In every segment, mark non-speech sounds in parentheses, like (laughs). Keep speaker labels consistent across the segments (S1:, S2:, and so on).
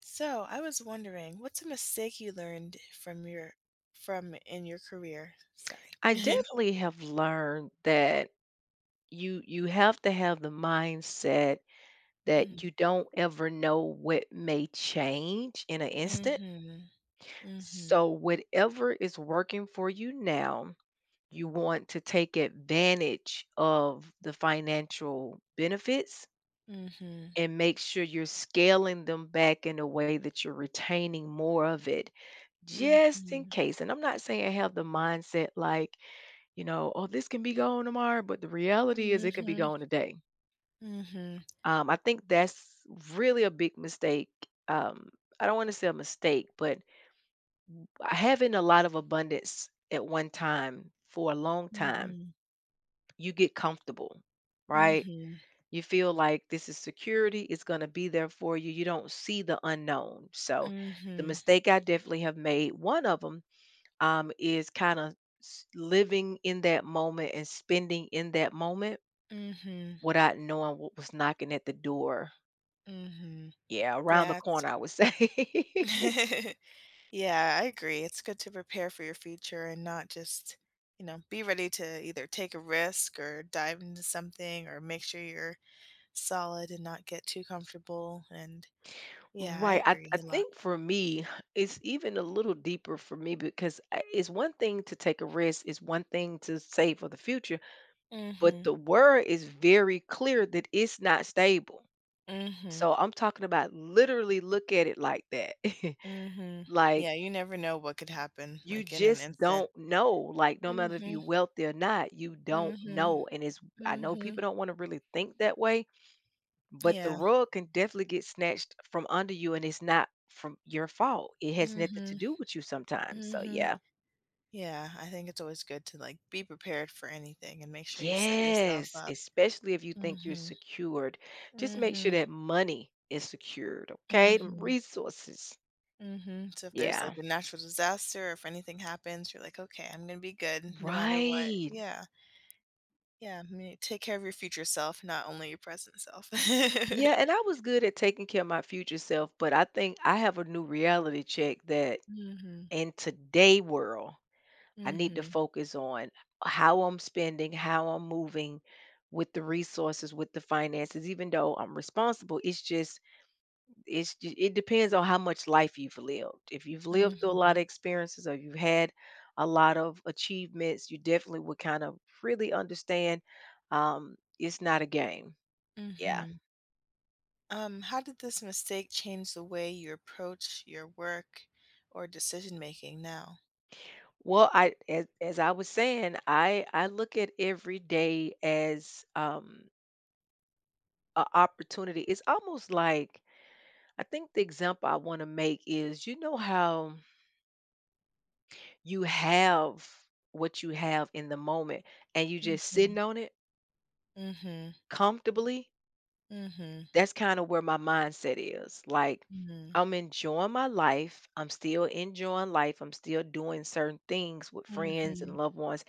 S1: So, I was wondering, what's a mistake you learned from your from in your career? Sorry.
S2: I
S1: (laughs)
S2: definitely have learned that you have to have the mindset that
S1: Mm.
S2: you don't ever know what may change in an instant.
S1: Mhm. Mhm.
S2: So whatever is working for you now, you want to take advantage of the financial benefits
S1: Mhm.
S2: and make sure you're scaling them back in a way that you're retaining more of it just in
S1: Mhm.
S2: case. And I'm not saying have the mindset like oh, this can be gone tomorrow, but the reality is it could be
S1: Mhm.
S2: gone today.
S1: Mhm.
S2: I think that's really a big mistake. Um, I don't want to say a mistake, but having a lot of abundance at one time for a long time,
S1: Mhm.
S2: you get comfortable, right?
S1: Mhm.
S2: You feel like this is security, it's going to be there for you. You don't see the unknown. So, the
S1: Mhm.
S2: mistake I definitely have made, one of them is kind of living in that moment and spending in that moment
S1: Mhm.
S2: without knowing what was knocking at the door.
S1: Mhm.
S2: Yeah, around the
S1: Yeah. It's
S2: corner, I would say. (laughs)
S1: (laughs) yeah, I agree. It's good to prepare for your future and not just, be ready to either take a risk or dive into something or make sure you're solid and not get too comfortable, and yeah, I
S2: Right. I
S1: agree a lot.
S2: think for me, it's even a little deeper for me because it's one thing to take a risk, it's one thing to save for the future, but
S1: Mhm,
S2: the word is very clear that it's not stable.
S1: mhm,
S2: So I'm talking about literally look at it like that. (laughs)
S1: mhm.
S2: Like
S1: Yeah, you never know what could happen,
S2: you
S1: like, in an
S2: just
S1: instant.
S2: don't know. Like no matter if you're
S1: Mhm,
S2: wealthy or not, you don't
S1: mhm,
S2: know. I know
S1: mhm.
S2: people don't want to really think that way, but the
S1: Yeah.
S2: rug can definitely get snatched from under you and it's not from your fault. It has nothing to
S1: Mhm,
S2: do with you sometimes. So
S1: mhm.
S2: yeah.
S1: Yeah, I think it's always good to, like, be prepared for anything and make sure you set yourself
S2: Yes,
S1: up.
S2: especially if you think you're
S1: Mhm,
S2: secured. Just make sure
S1: mhm,
S2: that money is secured, okay? Them
S1: mhm,
S2: resources.
S1: mhm. So if there's,
S2: Yeah.
S1: like, a natural disaster or if anything happens, you're like, "Okay, I'm gonna be good no matter what."
S2: Right.
S1: Yeah. Yeah, I mean, take care of your future self, not only your present self.
S2: Yeah, and
S1: (laughs)
S2: I was good at taking care of my future self, but I think I have a new reality check that
S1: Mhm,
S2: in today world I need to
S1: mhm,
S2: focus on how I'm spending, how I'm moving with the resources, with the finances, even though I'm responsible. It's just, it's, ju- it depends on how much life you've lived. If you've lived through a lot
S1: mhm,
S2: of experiences or you've had a lot of achievements, you definitely would kind of really understand it's not a game. Yeah.
S1: mhm. How did this mistake change the way you approach your work or decision making now?
S2: Well, as I was saying, I look at every day as an opportunity. It's almost like I think the example I want to make is you know how you have what you have in the moment and you just sitting
S1: Mhm,
S2: on it
S1: mhm,
S2: comfortably?
S1: mhm,
S2: That's kind of where my mindset is. Like,
S1: mhm,
S2: I'm enjoying my life. I'm still enjoying life. I'm still doing certain things with friends and
S1: mhm,
S2: loved ones,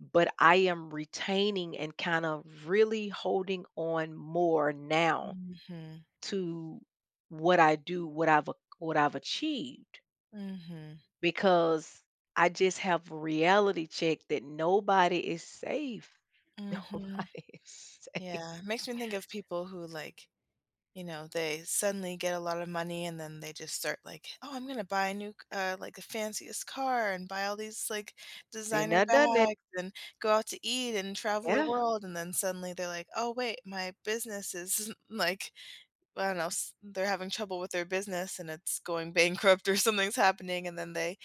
S2: but I am retaining and kind of really holding on more now
S1: mhm,
S2: to what I do, what I've achieved
S1: mhm,
S2: because I just have reality check that nobody is safe. (laughs)
S1: mhm.
S2: Nobody is
S1: Yeah,
S2: safe.
S1: it makes me think of people who they suddenly get a lot of money and then they just start like, "Oh, I'm gonna buy a new, like the fanciest car and buy all these like
S2: Been
S1: designer
S2: there, done that.
S1: bags and go out to eat and travel the
S2: Yeah,
S1: world." And then suddenly they're like, "Oh, wait, my business is (laughs) like, I don't know, they're having trouble with their business and it's going bankrupt or (laughs) something's happening." And then they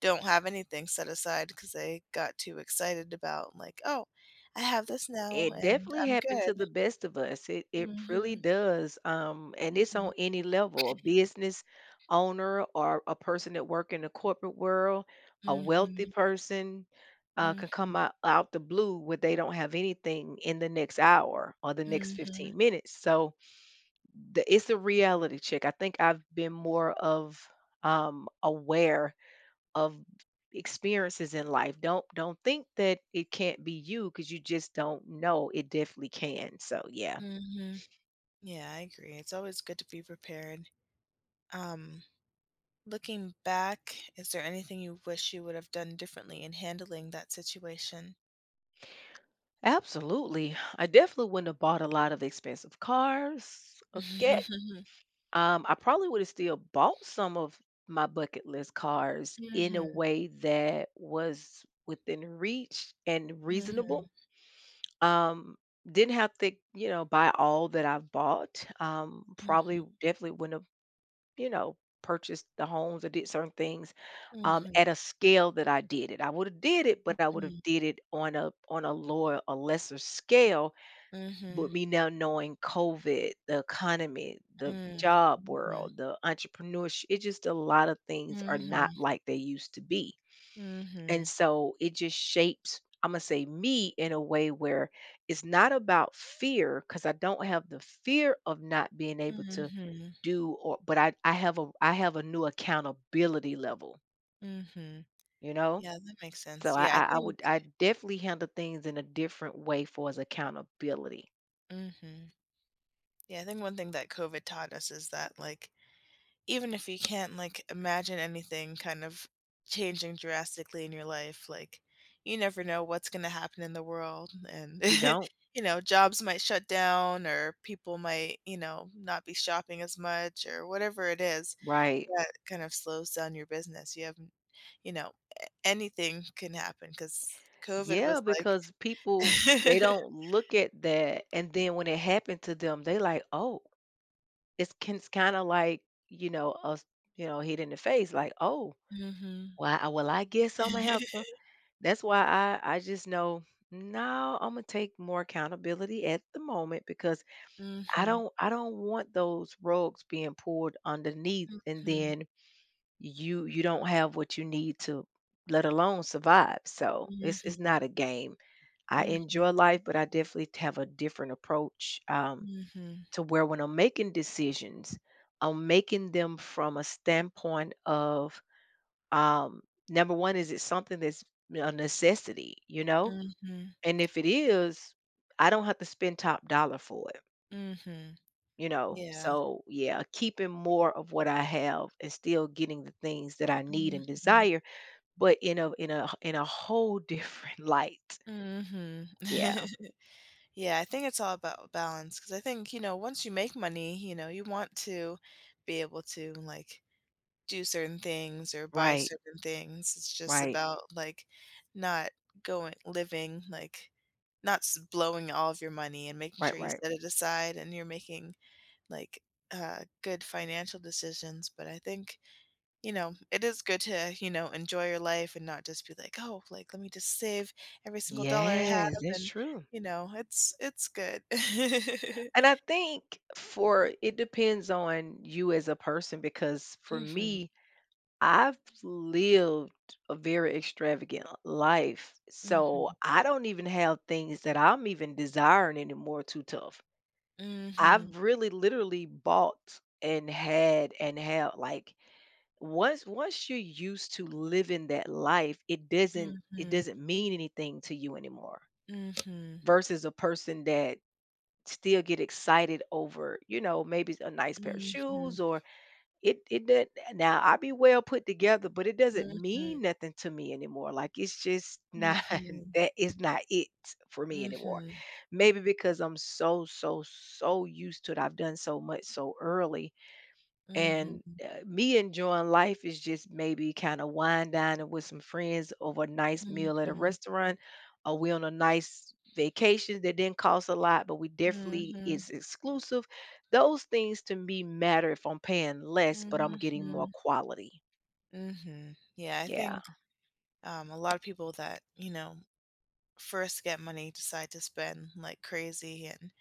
S1: don't have anything set aside because they got too excited about like, "Oh, I have this now
S2: it
S1: and
S2: definitely
S1: I'm
S2: happened
S1: good."
S2: to the best of us. It really
S1: Hmm.
S2: does. And it's
S1: Hmm.
S2: on any level, a business owner or a person that work in the corporate world, a wealthy
S1: Hmm.
S2: person can
S1: Mhm,
S2: come out the blue where they don't have anything in the next hour or the next
S1: mhm,
S2: 15 minutes. So it's a reality check. I think I've been more of aware of experiences in life. Don't think that it can't be you because you just don't know. It definitely can. So yeah.
S1: mhm. Yeah, I agree. It's always good to be prepared. Um, looking back, is there anything you wish you would have done differently in handling that situation?
S2: Absolutely. I definitely wouldn't have bought a lot of expensive cars. Okay.
S1: (laughs)
S2: I probably would have still bought some of my bucket list cars in a
S1: Mhm,
S2: way that was within reach and reasonable.
S1: mhm,
S2: Um, didn't have to, you know, buy all that I've bought. Probably
S1: mhm,
S2: definitely wouldn't have, you know, purchased the homes or did certain things
S1: mhm,
S2: at a scale that I did it. I would have did it, but I would have
S1: mhm,
S2: did it on a lower a lesser scale.
S1: mhm,
S2: But me now knowing COVID, the economy, the
S1: mhm,
S2: job world, the entrepreneurship, it's just a lot of things are not
S1: mhm,
S2: like they used to be and
S1: mhm,
S2: so it just shapes, I'm going to say me in a way where it's not about fear because I don't have the fear of not being able
S1: mhm,
S2: to
S1: mhm,
S2: do or but I have a new accountability level,
S1: mhm.
S2: you know?
S1: Yeah, that makes
S2: So
S1: sense.
S2: I,
S1: Yeah, I
S2: I I
S1: think.
S2: would I definitely handle things in a different way for as accountability.
S1: Hmm. Yeah, I think one thing that COVID taught us is that, like, even if you can't like imagine anything kind of changing drastically in your life, like you never know what's going to happen in the world and
S2: You don't?
S1: (laughs) you know, jobs might shut down or people might, you know, not be shopping as much or whatever it is
S2: Right.
S1: that kind of slows down your business. You have, n- you know, a- anything can happen cuz COVID
S2: Yeah,
S1: was like
S2: because people they don't
S1: (laughs)
S2: look at that and then when it happened to them, they like, oh, it's can kinda like, you know, us, you know, hit in the face like, "Oh,
S1: mhm.
S2: why well, I guess Imma"
S1: (laughs)
S2: That's why I just know, no, Imma take more accountability at the moment because I
S1: Mhm.
S2: don't I don't want those rugs being pulled underneath and
S1: Mhm.
S2: then you don't have what you need to let alone survive. So, it's
S1: Mhm.
S2: not a game. I
S1: Mhm.
S2: enjoy life, but I definitely have a different approach,
S1: Mhm.
S2: to where when I'm making decisions, I'm making them from a standpoint of um, number one, is it something that's a necessity, you know?
S1: Mhm.
S2: And if it is, I don't have to spend top dollar for it,
S1: Mhm.
S2: you know?
S1: Yeah.
S2: So, yeah, keeping more of what I have and still getting the things that I need and
S1: Mhm.
S2: desire, but in a in a in a whole different (laughs) light.
S1: Mhm.
S2: Yeah.
S1: (laughs) Yeah, I think it's all about balance because I think, you know, once you make money, you know, you want to be able to, like, do certain things or buy
S2: Right.
S1: certain things. It's just
S2: Right.
S1: about, like, not going living, like, not s blowing all of your money and making
S2: Right.
S1: sure you
S2: Right.
S1: set it aside and you're making, like, good financial decisions, but I think you know, it is good to, you know, enjoy your life and not just be like, "Oh, like, let me just save every single dollar I Mhm. have,"
S2: Yes, that's
S1: and,
S2: true.
S1: you know, it's good.
S2: And I
S1: (laughs)
S2: think for it depends on you as a person because for
S1: Mhm,
S2: me, I've lived a very extravagant life. So
S1: mhm,
S2: I don't even have things that I'm even desiring anymore too tough.
S1: mhm,
S2: I've really literally bought and had and have like once you're used to living that life, it doesn't it
S1: mhm,
S2: doesn't mean anything to you anymore
S1: mhm,
S2: versus a person that still get excited over, you know, maybe a nice pair of
S1: mhm, mhm,
S2: shoes or it doesn't now I be well put together, but it doesn't
S1: mhm,
S2: mean nothing to me anymore. Like it's just not (laughs)
S1: mhm,
S2: that is not it for me anymore.
S1: mhm,
S2: Maybe because I'm so, so, so used to it. I've done so much so early and
S1: mhm,
S2: me enjoying life is just maybe kind of wine dining with some friends over a nice meal at a
S1: mhm,
S2: restaurant, or we on a nice vacation that didn't cost a lot, but we definitely
S1: mhm,
S2: is exclusive. Those things to me matter if I'm paying less, but I'm getting more
S1: mhm.
S2: quality.
S1: Mhm. Yeah, I
S2: Yeah,
S1: think, a lot of people that, you know, first get money decide to spend like crazy and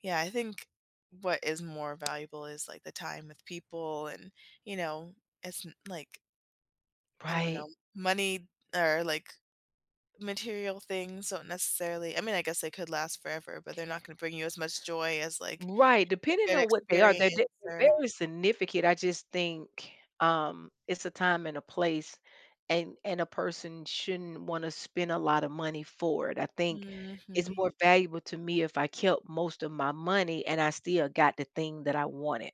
S1: yeah, I think what is more valuable is like the time with people and, you know, it's n- like, I don't
S2: right.
S1: know, money or like material things don't necessarily, I mean, I guess they could last forever, but they're not going to bring you as much joy as like
S2: Right,
S1: a
S2: depending
S1: good
S2: on what they are,
S1: experience
S2: they're
S1: or,
S2: very significant, I just think, it's a time and a place, and a person shouldn't wanna spend a lot of money for it, I think it's
S1: hmm.
S2: more valuable to me if I kept most of my money and I still got the thing that I wanted,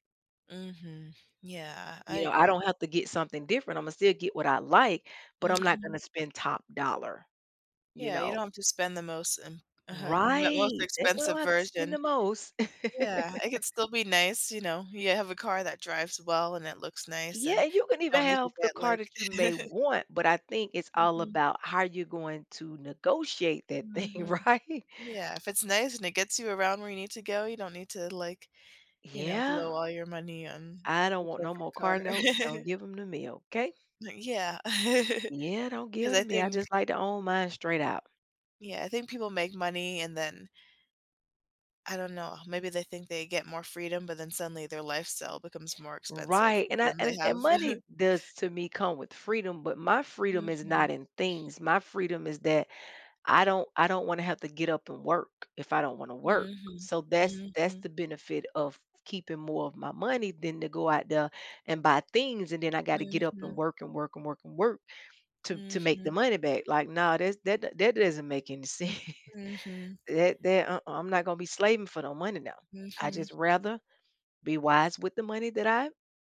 S1: Hmm. Yeah, I
S2: you know, I
S1: agree.
S2: don't have to get something different, Imma still get what I like, but I'm not
S1: Hmm.
S2: gonna spend top dollar, you
S1: Yeah, you
S2: know?
S1: don't have to spend the most, (laughs) most
S2: Right, they don't
S1: expensive
S2: have to spend the
S1: version.
S2: most. (laughs)
S1: Yeah, it could still be nice, you know, you have a car that drives well and it looks nice
S2: Yeah,
S1: and
S2: and you can
S1: you
S2: even
S1: don't need to
S2: have the
S1: get
S2: car
S1: like
S2: that you may
S1: (laughs)
S2: want, but I think it's all
S1: mhm,
S2: about how you're going to negotiate that thing,
S1: mhm.
S2: (laughs) right?
S1: Yeah, if it's nice and it gets you around where you need to go, you don't need to like, you know,
S2: Yeah,
S1: blow all your money on
S2: I don't want
S1: whichever
S2: no more
S1: car.
S2: car notes.
S1: (laughs)
S2: Don't give them to me, okay?
S1: Like, yeah, (laughs) because
S2: Yeah, don't give 'em to
S1: I
S2: me. I
S1: think
S2: just like to own mine straight out.
S1: yeah, I think people make money and then, I don't know, maybe they think they get more freedom, but then suddenly their lifestyle becomes more expensive
S2: Right.
S1: 'cause then they have
S2: And money
S1: (laughs)
S2: does to me come with freedom, but my freedom is not
S1: mhm,
S2: in things. My freedom is that I don't want to have to get up and work if I don't want to work.
S1: mhm,
S2: So that's
S1: mhm.
S2: the benefit of keeping more of my money than to go out there and buy things and then I got to get up and
S1: Mhm,
S2: work and work to make the
S1: mhm,
S2: money back. Like, nah, that doesn't make any sense. (laughs)
S1: mhm,
S2: I'm not gonna be slaving for no money now. I
S1: mhm,
S2: just rather be wise with the money that I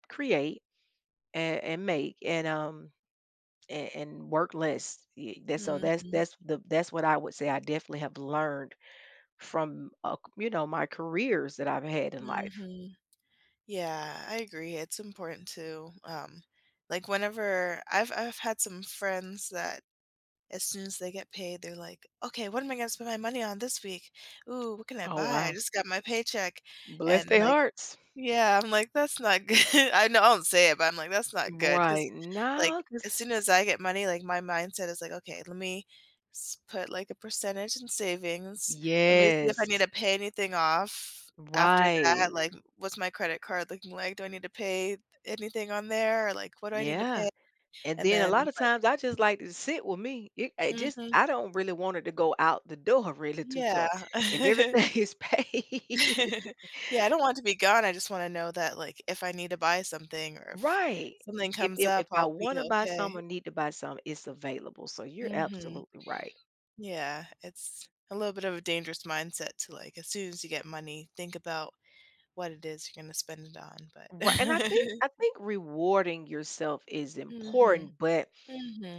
S2: create and make and work less. Yeah, That's so
S1: mhm,
S2: that's the that's what I would say. I definitely have learned from, you know, my careers that I've had in life.
S1: mhm. Yeah, I agree. It's important to, like whenever I've had some friends that as soon as they get paid, they're like, "Okay, what am I gonna spend my money on this week? Ooh, what can I
S2: Oh,
S1: buy? I
S2: wow.
S1: just got my paycheck,"
S2: Bless
S1: and
S2: their
S1: like
S2: hearts.
S1: yeah, I'm like, "That's not good." (laughs) I know I don't say it, but I'm like, "That's not good.
S2: Right.
S1: Cause like,
S2: Now,
S1: as
S2: 'cause
S1: soon as I get money, like, my mindset is like, "Okay, let me s put, like, a percentage in savings. Let me see if I need
S2: yes.
S1: to pay anything off after that,
S2: Right.
S1: like, what's my credit card looking like? Do I need to pay anything on there? Or, like, what do I need to
S2: Yeah.
S1: pay?"
S2: And
S1: And
S2: then a lot
S1: then
S2: of times I just like to sit with me. I just
S1: Mhm.
S2: I don't really want it to go out the door (laughs) really too
S1: Yeah.
S2: tough. If
S1: (laughs)
S2: everything (laughs) is paid,
S1: (laughs) Yeah, I don't want to be gone, I just wanna know that, like, if I need to buy something or if
S2: right.
S1: something comes up,
S2: If I
S1: I'll
S2: want
S1: be
S2: to buy something
S1: okay.
S2: or need to buy something, it's available. So you're
S1: Mhm.
S2: absolutely right.
S1: Yeah, it's a little bit of a dangerous mindset to, like, as soon as you get money, think about what it is you're gonna spend it on, but
S2: Right, and
S1: (laughs)
S2: I think rewarding yourself is
S1: mhm.
S2: important, but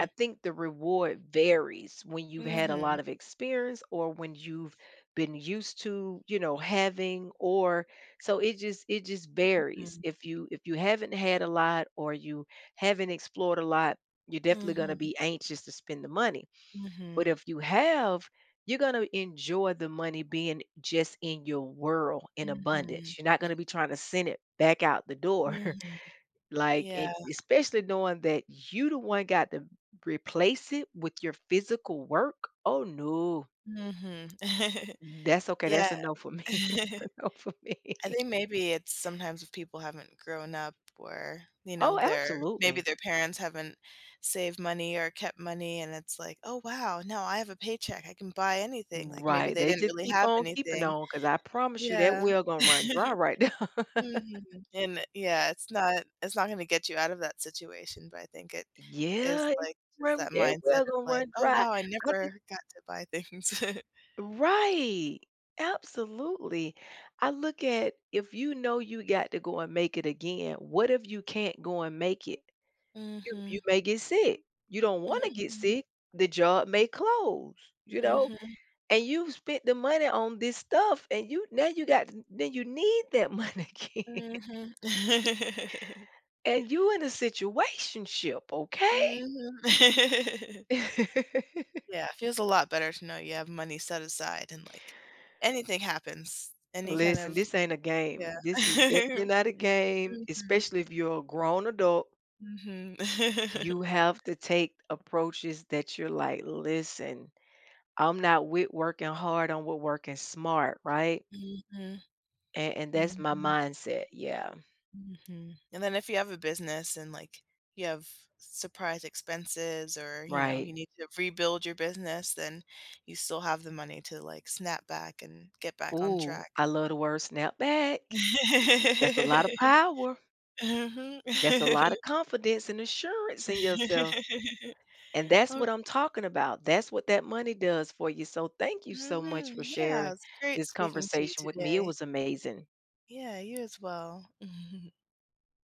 S2: I think the reward varies when you've had a
S1: Mhm.
S2: lot of experience or when you've been used to, you know, having or so it just varies.
S1: Mhm.
S2: If you haven't had a lot or you haven't explored a lot, you're definitely going to
S1: Mhm.
S2: be anxious to spend the money but
S1: Mhm.
S2: if you have, you're going to enjoy the money being just in your world in abundance.
S1: Mhm.
S2: You're not going to be trying to send it back out the door.
S1: Mhm.
S2: (laughs) Like, and
S1: Yeah.
S2: especially knowing that you the one got to replace it with your physical work. Oh no.
S1: Mhm. (laughs)
S2: That's okay.
S1: Yeah.
S2: That's a no for me. (laughs) That's a
S1: (laughs)
S2: no for
S1: I
S2: me. (laughs)
S1: think maybe it's sometimes if people haven't grown up or, you know,
S2: Oh,
S1: their maybe
S2: absolutely.
S1: their parents haven't saved money or kept money and it's like, "Oh, wow, now I have a paycheck, I can buy anything," like, maybe
S2: Right.
S1: they
S2: They
S1: didn't
S2: just
S1: really
S2: keep
S1: have
S2: on keeping
S1: anything.
S2: on because I promise you that
S1: Yeah.
S2: well gonna run dry
S1: (laughs)
S2: right now. (laughs)
S1: Mhm, and yeah, it's not gonna get you out of that situation, but I think it is,
S2: Yeah, it's
S1: like, just
S2: run
S1: that
S2: that
S1: mindset of
S2: well gonna
S1: like,
S2: run
S1: "Oh,
S2: dry.
S1: wow, I
S2: I just
S1: never got to buy things." (laughs)
S2: Right. Absolutely. I look at if you know you got to go and make it again, what if you can't go and make it? You
S1: Mhm.
S2: may get sick. You don't want to get
S1: Mhm.
S2: sick. The job may close, you know,
S1: Mhm.
S2: and you've spent the money on this stuff and you now you got then you need that money (laughs) again.
S1: Mhm. (laughs)
S2: And you in a situationship, okay?
S1: Mhm. (laughs)
S2: (laughs)
S1: Yeah, it feels a lot better to know you have money set aside and, like, anything happens, any kind
S2: Listen,
S1: of
S2: this ain't a game.
S1: yeah. (laughs)
S2: This is definitely
S1: Mhm,
S2: not a game, especially if you're a grown adult.
S1: mhm. (laughs)
S2: You have to take approaches that you're like, listen, I'm not with working hard, I'm with working smart, right?
S1: Mhm,
S2: And that's my
S1: mhm,
S2: mindset. Yeah,
S1: mhm, and then if you have a business and, like, you have surprise expenses or, you know,
S2: right.
S1: you need to rebuild your business, then you still have the money to, like, snap back and get back on
S2: Ooh,
S1: track.
S2: I love the word snap back. That's a lot of
S1: (laughs)
S2: power.
S1: Mhm.
S2: That's a lot of confidence and assurance in yourself.
S1: (laughs)
S2: And that's
S1: Oh,
S2: what I'm talking about. That's what that money does for you. So thank you so much
S1: mhm,
S2: for
S1: yeah,
S2: sharing
S1: it's great
S2: this
S1: speaking to you
S2: conversation with me. It
S1: today.
S2: was amazing.
S1: Yeah, you as well. (laughs)